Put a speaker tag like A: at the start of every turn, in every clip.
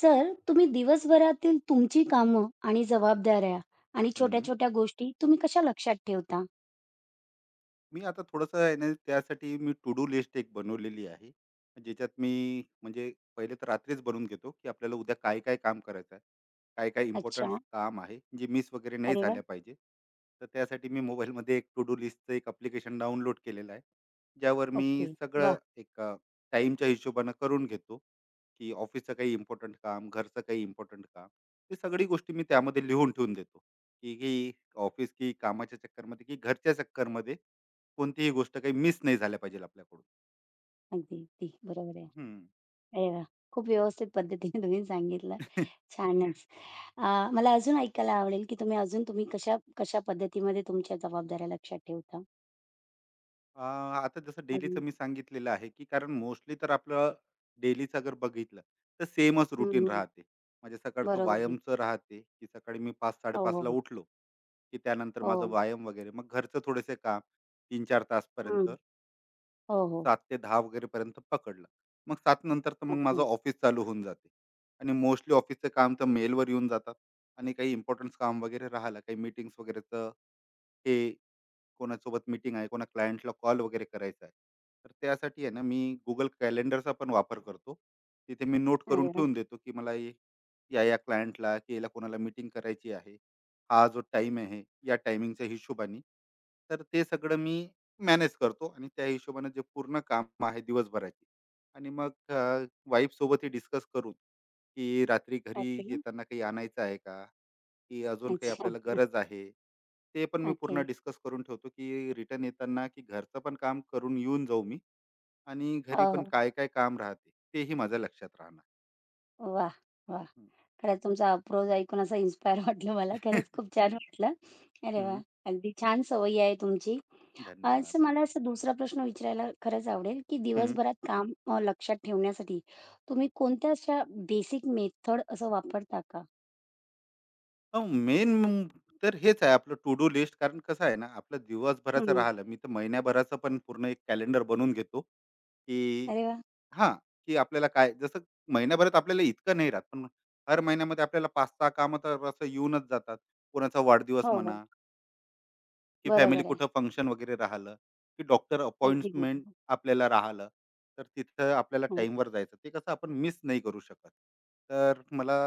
A: Sir, तुम्ही दिवसभरातील तुमची कामं आणि जबाबदाऱ्या आणि
B: हं.
A: छोट्या-छोट्या गोष्टी तुम्ही कशा लक्षात ठेवता?
B: मी आता थोडंसं आहे ना, त्यासाठी मी टू डू लिस्ट एक बनवलेली आहे. ज्याच्यात मी म्हणजे पहिले तर रात्रीच बनवून घेतो, की आपल्याला उद्या काय-काय काम करायचं आहे. काय-काय इम्पोर्टंट
A: अच्छा.
B: काम आहे, जे मिस वगैरे नाही
A: अरे वाह!
B: झाल्या पाहिजे. तर त्यासाठी मी मोबाईलमध्ये एक टू डू लिस्टचं एक ॲप्लिकेशन डाउनलोड केलेलं आहे. ज्यावर मी
A: ओके. वा.
B: सगळं एक टाईमच्या हिशोबानं करून घेतो, की ऑफिसचं काही इम्पोर्टंट काम, घरचं काही इम्पोर्टंट काम. ते सगळी गोष्टी मी त्यामध्ये लिहून ठेवून देतो, की ही ऑफिस की कामाच्या चक्करमध्ये की घरच्या चक्करमध्ये कोणतीही गोष्ट काही मिस नाही झाल्या पाहिजे आपल्याकडून.
A: अगदी, अगदी. बरोबर आहे.
B: हं.
A: अरे वाह! खूप व्यवस्थित पद्धतीने तुम्ही सांगितलं.
B: अ,
A: छानच. मला अजून ऐकायला आवडेल, की तुम्ही कशा कशा पद्धतीमध्ये तुमच्या जबाबदाऱ्या लक्षात ठेवता?
B: आता जसं डेलीचं
A: अजून
B: मी सांगितलेलं आहे, की कारण मोस्टली तर आपलं डेलीचं अगर बघितलं, तर सेमच
A: हं,
B: रूटीन
A: हं.
B: राहते. म्हणजे सकाळचं
A: बरोबर आहे.
B: व्यायामचं राहते, की सकाळी मी
A: हो,
B: 5:00-5:30ला
A: हो,
B: उठलो, की त्यानंतर माझं
A: हो.
B: व्यायाम वगैरे. मग घरचं थोडेसे काम 3-4 तासपर्यंत,
A: हं. हो, हो.
B: 7 ते 10 वगैरेपर्यंत पकडलं. मग 7 नंतर तर मग माझं
A: अच्छा.
B: ऑफिस चालू होऊन जाते आणि मोस्टली ऑफिसचं काम तर मेलवर येऊन जातात आणि काही इम्पोर्टन्स काम वगैरे राहिलं, काही मीटिंग्स वगैरेचं हे कोणासोबत मीटिंग आहे कोणा क्लायंटला कॉल वगैरे करायचा आहे तर त्यासाठी आहे ना मी गुगल कॅलेंडरचा पण वापर करतो तिथे मी नोट करून
A: अरे वाह!
B: ठेवून देतो की मला हे- या या क्लायंटला की याला कोणाला मीटिंग करायची आहे हा जो टाइम आहे या टायमिंगच्या हिशोबाने तर ते सगळं मी मॅनेज करतो आणि त्या हिशोबाने जे पूर्ण काम आहे दिवसभराची आणि मग वाईफ सोबतही डिस्कस करून की रात्री घरी
A: ओके.
B: येताना काही आणायचं आहे का की अजून काही
A: अच्छा.
B: आपल्याला गरज आहे. ते पण मी
A: ओके.
B: पूर्ण डिस्कस करून ठेवतो, की रिटर्न येताना की घरचं पण काम करून येऊन जाऊ मी आणि घरी
A: हो,
B: पण
A: हो.
B: काय-काय काम राहते, तेही माझ्या लक्षात राहणार.
A: वाह! वाह!
B: हं. हं,
A: खरंच तुमचा अप्रोच ऐकून असं इन्स्पायर वाटलं मला. खरंच खूप छान वाटलं. अरे वाह! अगदी छान सवयी आहे तुमची.
B: धन्यवाद.
A: असं मला असं दुसरा प्रश्न विचारायला खरंच आवडेल, की
B: हं.
A: दिवसभरात काम लक्षात ठेवण्यासाठी तुम्ही कोणत्या अशा बेसिक मेथड असं वापरता का?
B: मेन तर हेच आहे आपलं टू डू लिस्ट कारण कसं आहे ना, आपलं दिवसभराचं
A: हं.
B: राहिलं, मी तर महिन्याभराचं पण पूर्ण एक कॅलेंडर बनवून घेतो, की
A: अरे वाह!
B: हां, की आपल्याला काय जसं महिन्याभरात आपल्याला इतकं नाही राहत, पण हर महिन्यामध्ये आपल्याला 5-6 कामं तर असं येऊनच जातात. कोणाचा वाढदिवस
A: हो, हो.
B: म्हणा, की फॅमिली
A: बरोबर आहे.
B: कुठं फंक्शन वगैरे राहिलं, की डॉक्टर
A: अगदी
B: अपॉइंटमेंट
A: बरोबर.
B: आपल्याला राहिलं, तर तिथं आपल्याला
A: हं,
B: टाईमवर जायचं. ते कसं आपण मिस नाही करू शकत. तर मला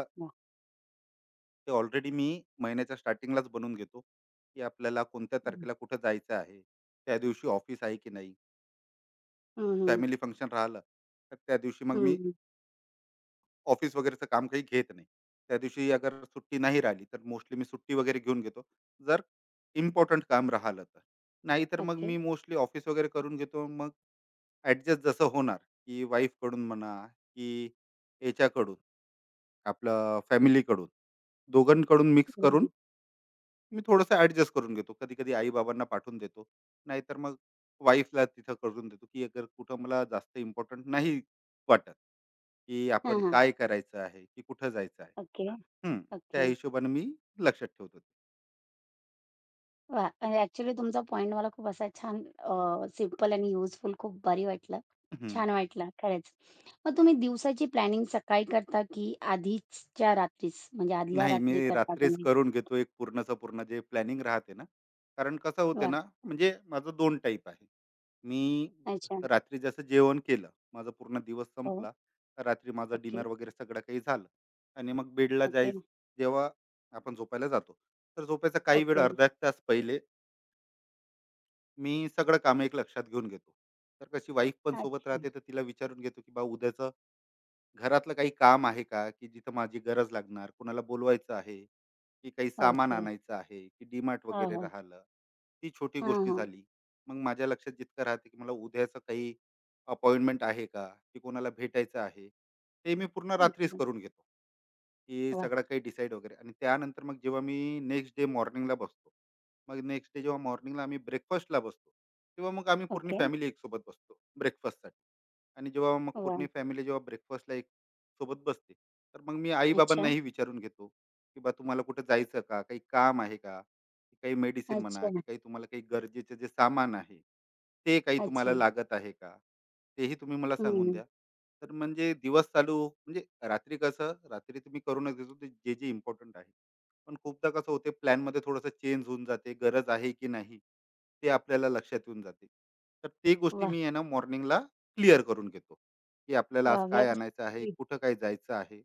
B: ते ऑलरेडी मी महिन्याच्या स्टार्टिंगलाच बनवून घेतो, की आपल्याला कोणत्या
A: हं,
B: तारखेला कुठं जायचं आहे, त्या दिवशी ऑफिस आहे की नाही,
A: हं,
B: फॅमिली फंक्शन राहिलं, तर त्या दिवशी मग
A: हं,
B: मी
A: हं.
B: ऑफिस वगैरेचं काम काही घेत नाही. त्या दिवशी अगर सुट्टी नाही राहिली, तर मोस्टली मी सुट्टी वगैरे घेऊन घेतो. जर इम्पोर्टंट काम राहिलं तर. नाहीतर मग
A: ओके.
B: मी मोस्टली ऑफिस वगैरे करून घेतो. मग ॲडजस्ट जसं होणार, की वाईफकडून म्हणा, की याच्याकडून आपलं फॅमिलीकडून, दोघांकडून मिक्स करून
A: बरोबर.
B: मी थोडंसं ॲडजस्ट करून घेतो. कधी-कधी आई-बाबांना पाठवून देतो. नाहीतर मग वाईफला तिथं करून देतो, की अगर कुठं मला जास्त इम्पोर्टंट नाही वाटत, की
A: हां,
B: आपण
A: हां.
B: काय करायचं आहे, की कुठं जायचं आहे.
A: ओके,
B: हं. त्या
A: ओके.
B: हिशोबाने मी लक्षात ठेवतो.
A: वाह! म्हणजे ॲक्चुअली तुमचा पॉइंट मला खूप असा छान सिंपल आणि युजफुल खूप भारी वाटलं. छान वाटलं खरंच. मग तुम्ही दिवसाची प्लॅनिंग सकाळी करता की आधीच्या रात्रीच म्हणजे आदल्या
B: नाही,
A: रात्री
B: मी
A: करता
B: रात्रीच
A: तुम्ही?
B: करून घेतो एक पूर्णचं पूर्ण जे प्लॅनिंग राहते ना, कारण कसं होते
A: वाह!
B: ना, म्हणजे माझं 2 टाईप आहे. मी
A: अच्छा.
B: रात्री जसं जेवण केलं, माझा पूर्ण दिवस
A: हो.
B: संपला, रात्री माझा
A: ओके,
B: डिनर वगैरे सगळं काही झालं आणि मग बेडला
A: ओके,
B: जाई जेव्हा आपण झोपायला जातो, तर झोपायचा काही वेळ
A: ओके.
B: अर्धा एक तास पहिले मी सगळं कामं एक लक्षात घेऊन घेतो. तर कशी वाईफ पण सोबत
A: अच्छा.
B: राहते, तर तिला विचारून घेतो, की "बा उद्याचं घरातलं काही काम आहे का, की जिथं माझी गरज लागणार? कुणाला बोलवायचं आहे, की काही सामान
A: ओके.
B: आणायचं आहे, की डीमार्ट
A: हो,
B: वगैरे
A: हो.
B: राहिलं. ती छोटी
A: हां,
B: गोष्टी
A: हां.
B: झाली. मग माझ्या लक्षात जितकं राहते, की मला उद्याचं काही अपॉइंटमेंट आहे का, की कोणाला भेटायचं आहे, ते मी पूर्ण रात्रीच
A: अच्छा.
B: करून घेतो. की
A: वाह!
B: सगळं काही डिसाईड वगैरे आणि त्यानंतर मग जेव्हा मी नेक्स्ट डे मॉर्निंगला बसतो. मग नेक्स्ट डे जेव्हा मॉर्निंगला आम्ही ब्रेकफास्टला बसतो, तेव्हा मग आम्ही पूर्ण
A: ओके.
B: फॅमिली एकसोबत बसतो ब्रेकफास्टसाठी. आणि जेव्हा मग
A: वाह!
B: पूर्ण फॅमिली जेव्हा ब्रेकफास्टला एक सोबत बसते, तर मग मी
A: अच्छा.
B: आई-बाबांनाही विचारून घेतो, की "बा तुम्हाला कुठं जायचं का? काही काम आहे का? की काही मेडिसिन म्हणा
A: अच्छा,
B: की काही तुम्हाला काही गरजेचं जे सामान आहे, ते काही
A: अच्छा.
B: तुम्हाला लागत आहे का? तेही तुम्ही मला सांगून
A: हं.
B: द्या." तर म्हणजे दिवस चालू म्हणजे रात्री कसं रात्री तुम्ही करूनच देतो ते जे जे इम्पॉर्टंट आहे पण खूपदा कसं होते प्लॅन मध्ये थोडंसं चेंज होऊन जाते गरज आहे की नाही ते आपल्याला लक्षात येऊन जाते तर ते गोष्टी
A: वाह!
B: मी आहे ना मॉर्निंगला क्लिअर करून घेतो की आपल्याला आज
A: वाह!
B: काय आणायचं आहे
A: व्यवस्थित.
B: कुठं काय जायचं आहे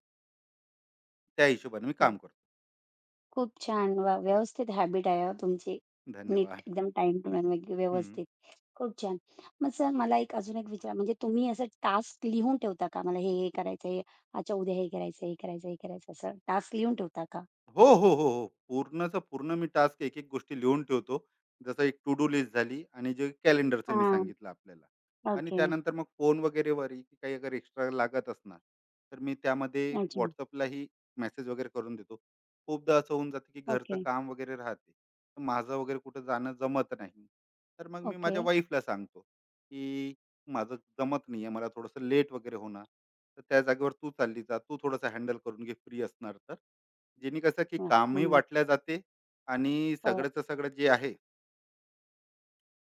B: त्या हिशोबाने मी
A: वाह!
B: काम करतो.
A: खूप छान. वाह! व्यवस्थित हॅबिट आहे हां तुमची. नीट
B: धन्यवाद.
A: एकदम टाईम टू टाईम वगैरे
B: हम्म.
A: व्यवस्थित. खूप छान. मग सर मला अजून एक विचार म्हणजे तुम्ही असं टास्क लिहून ठेवता का? मला हे करायचं आहे, अच्छा उद्या हे करायचं, हे करायचं, हे करायचं असं टास्क लिहून ठेवता का?
B: हो, हो, हो, हो. पूर्णच्या पूर्ण मी टास्क एक-एक गोष्टी लिहून ठेवतो. जसं एक टू डू लिस्ट झाली आणि जे कॅलेंडरचं मी
A: हां.
B: सांगितलं आपल्याला आणि
A: ओके.
B: त्यानंतर मग फोन वगैरेवरही की काही अगर एक्स्ट्रा लागत असणार, तर मी त्यामध्ये
A: अच्छा.
B: WhatsAppलाही मेसेज वगैरे करून देतो. खूपदा असं होऊन जातं, की घरचं
A: ओके,
B: काम वगैरे राहते. तर माझं वगैरे कुठं जाणं जमत नाही. तर मग मी
A: ओके.
B: माझ्या वाईफला सांगतो, की "माझं जमत नाही आहे. मला थोडंसं लेट वगैरे होणार. तर त्या जागेवर तू चालली जा. तू थोडंसं हँडल करून घे फ्री असणार तर." जेणे कसं की
A: वाह!
B: कामही
A: हं.
B: वाटल्या जाते आणि
A: हो.
B: सगळंचं सगळं जे आहे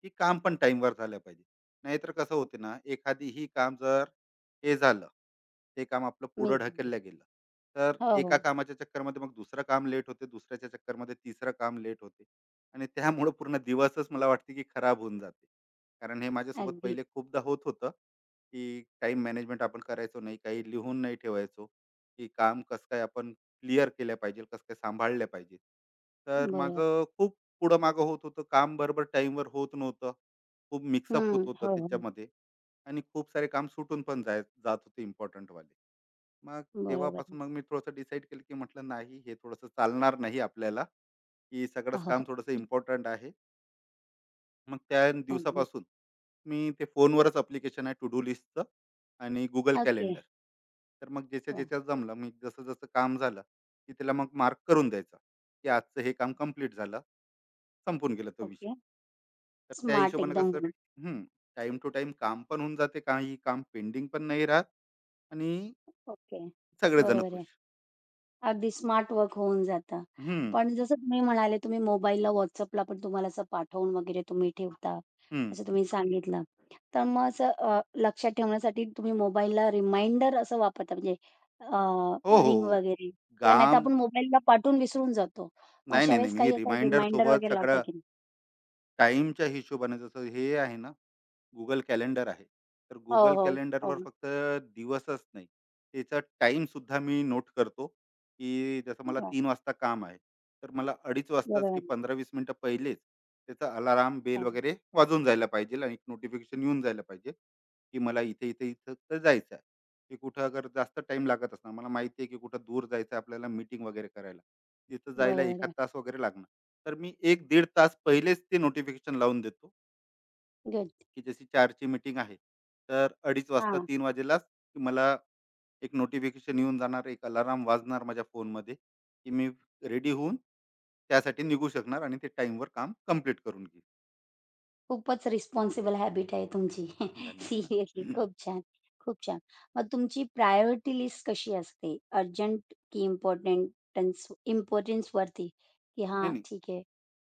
B: की काम पण टाईमवर झालं पाहिजे. नाहीतर कसं होते ना, एखादीही काम जर हे झालं, ते काम आपलं
A: मी
B: पुढं ढकललं गेलं, तर
A: हो,
B: एका
A: हो.
B: कामाच्या चक्करमध्ये मग दुसरं काम लेट होते, दुसऱ्याच्या चक्करमध्ये तिसरं काम लेट होते आणि त्यामुळं पूर्ण दिवसच मला वाटते की खराब होऊन जाते. कारण हे माझ्यासोबत
A: अगदी
B: पहिले खूपदा होत होतं, की टाईम मॅनेजमेंट आपण करायचो नाही, काही लिहून नाही ठेवायचो, की काम कसं काय आपण क्लिअर केलं पाहिजे, कसं काय सांभाळलं पाहिजे. तर
A: बरोबर.
B: माझं खूप पुढं मागं होत होतं काम बरोबर टाईमवर होत नव्हतं खूप मिक्सअप होत
A: हं.
B: होतं
A: हो, हो.
B: त्याच्यामध्ये आणि खूप सारे काम सुटून पण जाय जात होते इम्पॉर्टंट वाले मग
A: बरोबर.
B: तेव्हापासून मग मी थोडंसं डिसाईड केलं की म्हटलं नाही हे थोडंसं चालणार नाही आपल्याला की सगळंच
A: हो,
B: काम
A: हो.
B: थोडंसं इम्पॉर्टंट आहे मग त्या
A: अगदी.
B: दिवसापासून मी ते फोनवरच ॲप्लिकेशन आहे टू डू लिस्टचं आणि Google
A: ओके.
B: कॅलेंडर. तर मग ज्याच्या
A: वाह!
B: ज्याच्यात जमलं मी जसं-जसं काम झालं, की त्याला मग मार्क करून द्यायचा, की आजचं हे काम कंप्लीट झालं. संपून गेला तो विषय.
A: ओके.
B: तर त्या
A: स्मार्ट
B: हिशोबाने
A: एकदम.
B: कसं टाइम टू टाइम काम पण होऊन जाते. काही काम पेंडिंग पण नाही राहत आणि
A: ओके.
B: सगळेजण
A: बरोबर आहे.
B: खुश.
A: अगदी स्मार्ट वर्क होऊन जातं.
B: हं,
A: पण जसं तुम्ही म्हणाले, तुम्ही मोबाईलला, WhatsAppला पण तुम्हाला असं पाठवून वगैरे तुम्ही ठेवता,
B: हं.
A: असं तुम्ही सांगितलं. तर मग असं लक्षात ठेवण्यासाठी तुम्ही मोबाईलला रिमाइंडर असं वापरता म्हणजे अ,
B: हो, हो,
A: रिंग
B: हो.
A: वगैरे किंवा नाहीतर
B: काम
A: आपण मोबाईलला पाठवून विसरून जातो. मग
B: नाही,
A: अशा
B: नाही, नाही.
A: वेळेस
B: मी
A: काही असं
B: रिमाइंडर
A: रिमाइंडर
B: सोबत
A: वगैरे लावता
B: सगळं
A: की नाही?
B: टाईमच्या हिशोबाने जसं हे आहे ना, Google कॅलेंडर आहे. तर
A: हो,
B: Google
A: हो. हो.
B: कॅलेंडरवर फक्त दिवसच नाही, त्याचा टाईमसुद्धा मी नोट करतो, की जसं मला
A: हां.
B: 3:00 वाजता काम आहे. तर मला 2:30
A: बरोबर
B: वाजताच की
A: आहे.
B: 15-20 मिनिटं पहिलेच त्याचा अलाराम बेल
A: हां.
B: वगैरे वाजून जायला पाहिजे आणि एक नोटिफिकेशन येऊन जायला पाहिजे, की मला इथे, इथे, इथं तर जायचं आहे. की कुठं अगर जास्त टाईम लागत असणार, मला माहिती आहे की कुठं दूर जायचं आहे आपल्याला मीटिंग वगैरे करायला. तिथं जायला
A: बरोबर
B: 1
A: आहे.
B: तास वगैरे लागणार. तर मी एक 15 तास पहिलेच ते नोटिफिकेशन लावून देतो,
A: गुड.
B: की जशी 4ची मीटिंग आहे. तर 2:30 वाजता
A: हां.
B: 3 वाजेलाच की मला एक नोटिफिकेशन येऊन जाणार, एक अलार्म वाजणार माझ्या फोनमध्ये, की मी रेडी होऊन त्यासाठी निघू शकणार आणि ते टाईमवर काम कंप्लीट करून घेईन.
A: खूपच रिस्पॉन्सिबल हॅबिट आहे तुमची.
B: धन्यवाद.
A: सिरियसली खूप छान, खूप छान. मग तुमची प्रायोरिटी लिस्ट कशी असते? अर्जंट की इम्पोर्टन्टन्स इम्पोर्टन्सवरती, की हां,
B: नाही, नाही.
A: ठीक आहे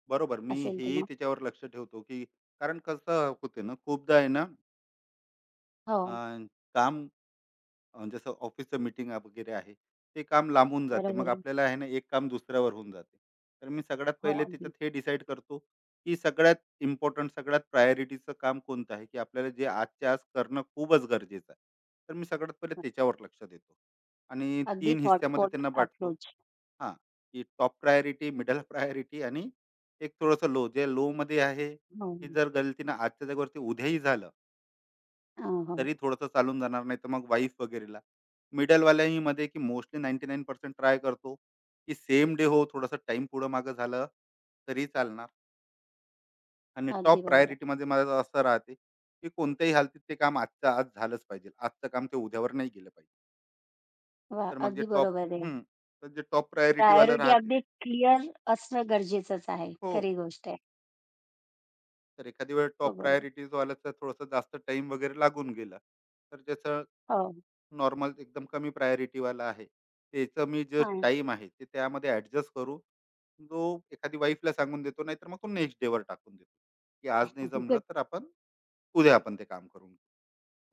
B: बरोबर मी
A: असेल ते.
B: हेही त्याच्यावर लक्ष ठेवतो, की कारण कसं होते ना खूपदा आहे ना
A: हो,
B: अ, काम जसं ऑफिसचं मीटिंग वगैरे आहे ते काम लांबून जाते
A: बरोबर
B: मग
A: आहे.
B: आपल्याला आहे ना एक काम दुसऱ्यावर होऊन जाते तर मी सगळ्यात
A: हो,
B: पहिले त्याच्यात
A: अगदी.
B: हे डिसाईड करतो की सगळ्यात इम्पॉर्टंट सगळ्यात प्रायोरिटीचं काम कोणतं आहे की आपल्याला जे आजच्या आज करणं खूपच गरजेचं आहे तर मी सगळ्यात पहिले त्याच्यावर लक्ष देतो आणि
A: अगदी
B: तीन हिस्स्यामध्ये
A: थॉटफुल
B: त्यांना वाटतो
A: अप्रोच.
B: हां की टॉप प्रायोरिटी मिडल प्रायोरिटी आणि एक थोडंसं लो जे लो मध्ये आहे
A: हो,
B: की जर गलतीनं आजच्या जागेवरती उद्याही झालं
A: हो, हो.
B: तरी थोडंसं चालून जाणार नाही तर मग वाईफ वगैरेला मिडलवाल्याही मध्ये की मोस्टली 99% ट्राय करतो की सेम डे हो थोडासा टाइम पुढं मागं झालं तरी चालणार आणि
A: अगदी
B: टॉप
A: बरोबर.
B: प्रायोरिटीमध्ये माझं असं राहते की कोणत्याही हालतीत ते काम आजचं आज झालंच पाहिजे आजचं काम ते उद्यावर नाही गेलं पाहिजे
A: वाह!
B: तर मग जे
A: अगदी
B: टॉप
A: बरोबर आहे.
B: हम्म तर जे टॉप प्रायोरिटीवालं
A: प्रायोरिटी
B: राहते
A: अगदी क्लिअर असणं गरजेचंच आहे.
B: हो
A: खरी गोष्ट आहे.
B: तर एखादी वेळ
A: हो,
B: टॉप
A: बरोबर.
B: वाल्याचं थोडंसं जास्त टाइम वगैरे लागून गेला तर त्याचं
A: हो.
B: नॉर्मल एकदम कमी priority वाला आहे. त्याचं मी जो
A: हां,
B: टाइम आहे ते त्यामध्ये ॲडजस्ट करू. जो एखादी वाईफला सांगून देतो नाहीतर मग तो नेक्स्ट डेवर टाकून देतो, की आज नाही जमलं
A: गुड.
B: तर आपण उद्या आपण ते काम करून घेऊ.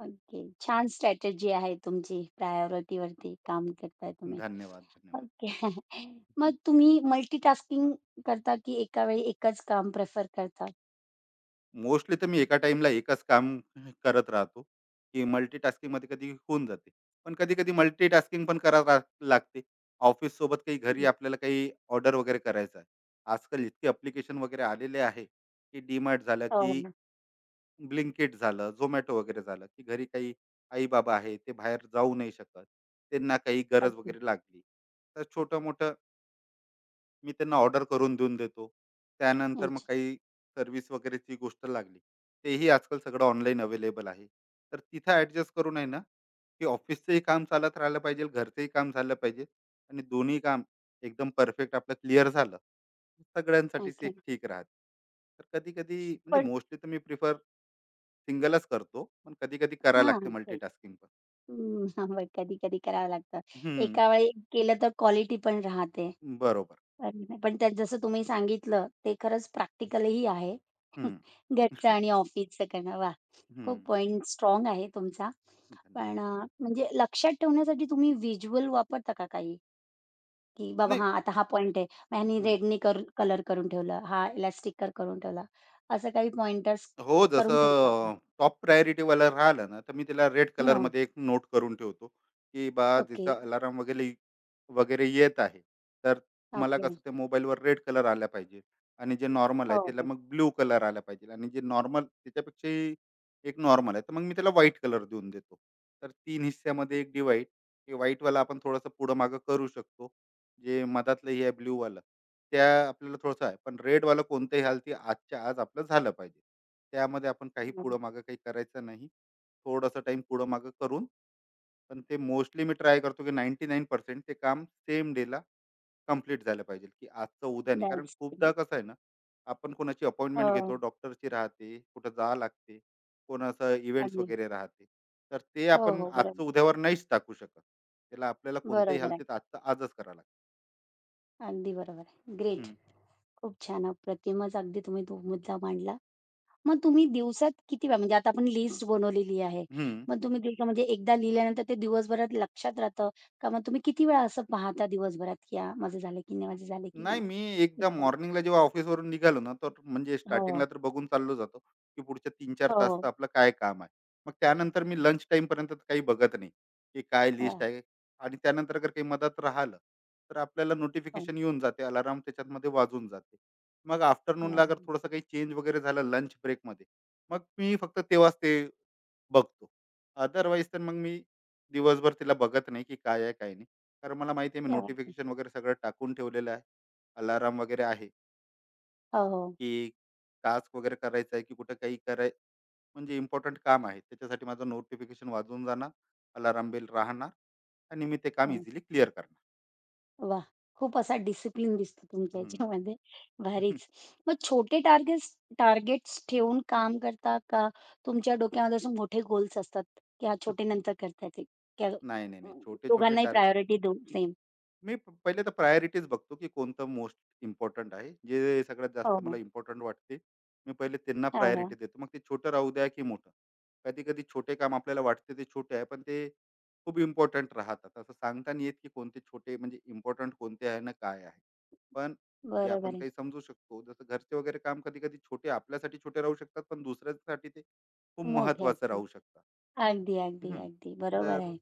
A: ओके. छान स्ट्रॅटेजी आहे तुमची. प्रायोरिटीवरती काम करताय तुम्ही.
B: धन्यवाद, धन्यवाद.
A: ओके. मग तुम्ही मल्टीटास्किंग करता की एका वेळी एकच काम प्रिफर करता?
B: मोस्टली तर मी एका टाईमला एकच काम करत राहतो, की मल्टीटास्किंगमध्ये कधी होऊन जाते. पण कधी-कधी मल्टीटास्किंग पण करावं ला लागते. ऑफिससोबत काही घरी
A: हं.
B: आपल्याला काही ऑर्डर वगैरे करायचं आहे. आजकाल इतके ॲप्लिकेशन वगैरे आलेले आहे, की DMart झालं,
A: हो
B: की
A: ना.
B: Blinkit झालं, Zomato वगैरे झालं, की घरी काही आई-बाबा आहे, ते बाहेर जाऊ नाही शकत. त्यांना काही गरज
A: अगदी.
B: वगैरे लागली, तर छोटं-मोठं मी त्यांना ऑर्डर करून देऊन देतो. त्यानंतर मग
A: अच्छा.
B: काही सर्व्हिस वगैरेची गोष्ट लागली. तेही आजकाल सगळं ऑनलाईन अवेलेबल आहे. तर तिथं ॲडजस्ट करून आहे ना, की ऑफिसचंही काम चालत राहिलं पाहिजे, घरचंही काम झालं पाहिजे आणि दोन्ही काम एकदम परफेक्ट आपलं क्लिअर झालं. सगळ्यांसाठीच
A: ओके.
B: एक ठीक राहते. तर कधी-कधी म्हणजे
A: पण
B: मोस्टली तर मी प्रिफर सिंगलच करतो. पण कधी-कधी करायला
A: हां.
B: लागते
A: तेच.
B: मल्टीटास्किंग पण.
A: हं. हां. मग कधी-कधी करावं लागतं.
B: हं.
A: एका वेळी केलं तर क्वालिटी पण राहते.
B: बरोबर.
A: अरे नाही, पण त्यात जसं तुम्ही सांगितलं, ते खरंच प्रॅक्टिकलही आहे.
B: हं.
A: घरचं
B: हं.
A: आणि ऑफिसचं करणं. वाह! खूप पॉइंट स्ट्रॉंग आहे तुमचा.
B: धन्यवाद.
A: पण अ, म्हणजे लक्षात ठेवण्यासाठी तुम्ही व्हिज्युअल वापरता का काही? की बाबा
B: नाही
A: हां, आता हा पॉइंट आहे. मग ह्यानी रेडनी कर कलर करून ठेवलं, हा याला करून ठेवला. असं काही पॉइंटर्स
B: हो,
A: करून ठेवता का?
B: जसं टॉप प्रायोरिटीवाला राहिलं ना, तर मी त्याला रेड
A: नो.
B: कलरमध्ये एक नोट करून ठेवतो, की बा
A: ओके,
B: जिचा अलार्म वगैरे वगैरे येत आहे. तर मला
A: ओके.
B: कसं त्या मोबाईलवर रेड कलर आला पाहिजे आणि जे नॉर्मल आहे
A: हो,
B: त्याला
A: हो.
B: मग ब्लू कलर आला पाहिजे आणि जे नॉर्मल त्याच्यापेक्षाही एक नॉर्मल आहे, तर मग मी त्याला व्हाईट कलर देऊन देतो. तर 3 हिस्स्यामध्ये एक डिव्हाईड, ते व्हाईटवाला आपण थोडंसं पुढं-मागं करू शकतो. जे मधातलं हे आहे ब्लूवालं त्या आपल्याला थोडंसं आहे. पण रेडवालं कोणत्याही हालती आजच्या आज आपलं झालं पाहिजे. त्यामध्ये आपण काही पुढं-मागं काही करायचं नाही. थोडासा टाईम पुढं-मागं करून पण ते मोस्टली मी ट्राय करतो, की 99% ते काम सेम डेला कंप्लीट झालं पाहिजे, की आजचं उद्या नाही. कारण
A: दॅट्स
B: खूपदा कसं आहे ना, आपण कोणाची अपॉइंटमेंट घेतो,
A: हो,
B: डॉक्टरची राहते, कुठं जावं लागते, कोणाचं इव्हेंट्स
A: अगदी.
B: वगैरे राहते. तर ते
A: हो,
B: आपण
A: हो.
B: आजचं
A: बरोबर.
B: उद्यावर नाहीच टाकू शकत. त्याला आपल्याला कोणत्याही
A: बरोबर आहे.
B: हालतीत आजचं आजच करावं लागतं.
A: अगदी बरोबर आहे. ग्रेट.
B: हं,
A: खूप छान. अप्रतिमच अगदी तुम्ही तो मुद्दा मांडला. मग तुम्ही दिवसात किती वेळा म्हणजे आता आपण लिस्ट बनवलेली आहे.
B: हं.
A: मग तुम्ही दिवसा म्हणजे एकदा लिहिल्यानंतर ते दिवसभरात लक्षात राहतं का? मग तुम्ही किती वेळा असं पाहता दिवसभरात, की "हां, माझं झालं की नाही?"
B: नाही, मी एकदा
A: उत्तम.
B: मॉर्निंगला जेव्हा ऑफिसवरून निघालो ना, तर म्हणजे स्टार्टिंगला
A: हो,
B: तर बघून चाललो जातो, की पुढच्या 3-4
A: हो, हो.
B: तासचं आपलं काय काम आहे. मग त्यानंतर मी लंच टाईमपर्यंत तर काही बघत नाही, की काय
A: हां,
B: लिस्ट आहे आणि त्यानंतर अगर काही मधात राहिलं, तर आपल्याला
A: हो.
B: नोटिफिकेशन येऊन जाते, अलार्म त्याच्यामध्ये वाजून जाते. मग आफ्टरनूनला अगर
A: बरोबर.
B: थोडंसं काही चेंज वगैरे झालं लंच ब्रेकमध्ये, मग मी फक्त तेव्हाच ते बघतो. अदरवाईज तर मग मी दिवसभर तिला बघत नाही, की काय आहे, काय नाही. कारण मला माहिती आहे मी
A: क्या
B: नोटिफिकेशन वगैरे सगळं टाकून ठेवलेलं आहे. अलार्म वगैरे आहे,
A: हो, हो.
B: की टास्क वगैरे करायचा आहे, की कुठं काही कराय म्हणजे इम्पोर्टंट काम आहे. त्याच्यासाठी माझं नोटिफिकेशन वाजून जाणार, अलार्म बेल राहणार आणि मी ते काम
A: हो.
B: इझिली क्लिअर करणार.
A: वाह! खूप असा डिसिप्लिन दिसतो तुमच्या
B: हं.
A: ह्याच्यामध्ये. भारीच. मग छोटे टार्गेट्स टार्गेट्स ठेवून काम करता का तुमच्या डोक्यामध्ये असे मोठे गोल्स असतात, की हा छोटे नंतर करता येतील? त्या
B: नाही, नाही, नाही.
A: अं,
B: छोटे-छोटे
A: दोघांनाही प्रायोरिटी देऊ सेम.
B: मी पहिले तर प्रायोरिटीज बघतो की कोणतं मोस्ट इम्पॉर्टंट आहे जे सगळ्यात
A: हो,
B: जास्त
A: हो.
B: मला इम्पॉर्टंट वाटते मी पहिले त्यांना
A: हां, हां.
B: प्रायोरिटी देतो मग ते छोटं राहू द्या की मोठं कधी कधी छोटे काम आपल्याला वाटते ते छोटे आहे पण ते खूप इम्पॉर्टंट राहतात असं सांगता नाही येत की कोणते छोटे म्हणजे इम्पॉर्टंट कोणते आहे ना काय आहे पण जे
A: बरोबर
B: आपण
A: आहे.
B: काही समजू शकतो जसं घरचे वगैरे काम कधी कधी छोटे आपल्यासाठी छोटे राहू शकतात पण दुसऱ्यासाठी ते खूप
A: मोठे
B: महत्वाचं
A: असतील.
B: राहू शकतात
A: अगदी, अगदी,
B: हम्म,
A: अगदी. बरोबर
B: तर
A: आहे.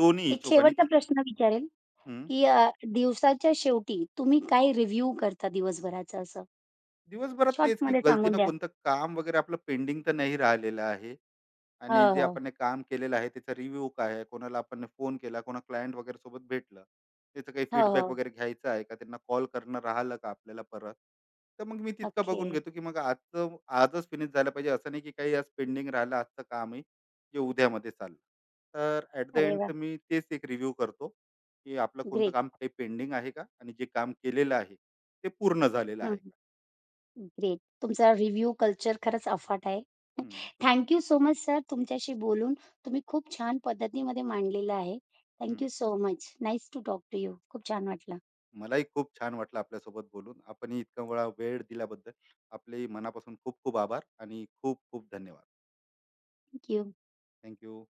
B: दोन्ही
A: एक
B: हिशोबाने
A: शेवटचा
B: की
A: प्रश्न विचारेल,
B: हम्म
A: की दिवसाच्या शेवटी तुम्ही काय रिव्ह्यू करता दिवसभराचं असं?
B: दिवसभरात तेच की
A: शॉर्टमध्ये सांगून
B: गलतीनं
A: द्या.
B: कोणतं काम वगैरे आपलं पेंडिंग तर नाही राहिलेलं आहे
A: हो,
B: आणि जे
A: हो.
B: आपण हे काम केलेलं आहे त्याचा रिव्ह्यू काय आहे कोणाला आपण फोन केला कोणा क्लायंट वगैरे सोबत भेटलं त्याचं काही
A: हो,
B: फीडबॅक
A: हो.
B: वगैरे घ्यायचं आहे का त्यांना कॉल करणं राहिलं का आपल्याला परत तर मग मी तितकं
A: ओके.
B: बघून घेतो की मग आजचं आजच फिनिश झालं पाहिजे असं नाही की काही आज पेंडिंग राहिलं आजचं कामही जे उद्यामध्ये चाललं तर ॲट द
A: अरे
B: एंड
A: वाह!
B: तर मी तेच एक रिव्ह्यू करतो की आपलं कोणतं काम
A: ग्रेट.
B: काही पेंडिंग आहे का आणि जे काम केलेलं आहे ते पूर्ण झालेलं
A: हं,
B: आहे
A: हं.
B: का
A: ग्रेट. तुमचा रिव्ह्यू कल्चर खरंच अफाट आहे.
B: हम्म,
A: थँक सो मच सर तुमच्याशी बोलून तुम्ही खूप छान पद्धतीमध्ये मांडलेलं आहे. Thank you so much. Nice to talk to you. खूप छान वाटलं.
B: मलाही खूप छान वाटलं आपल्यासोबत बोलून. आपणही इतका वेळा वेळ दिल्याबद्दल आपले मनापासून खूप खूप आभार आणि खूप खूप धन्यवाद.
A: Thank
B: thank you.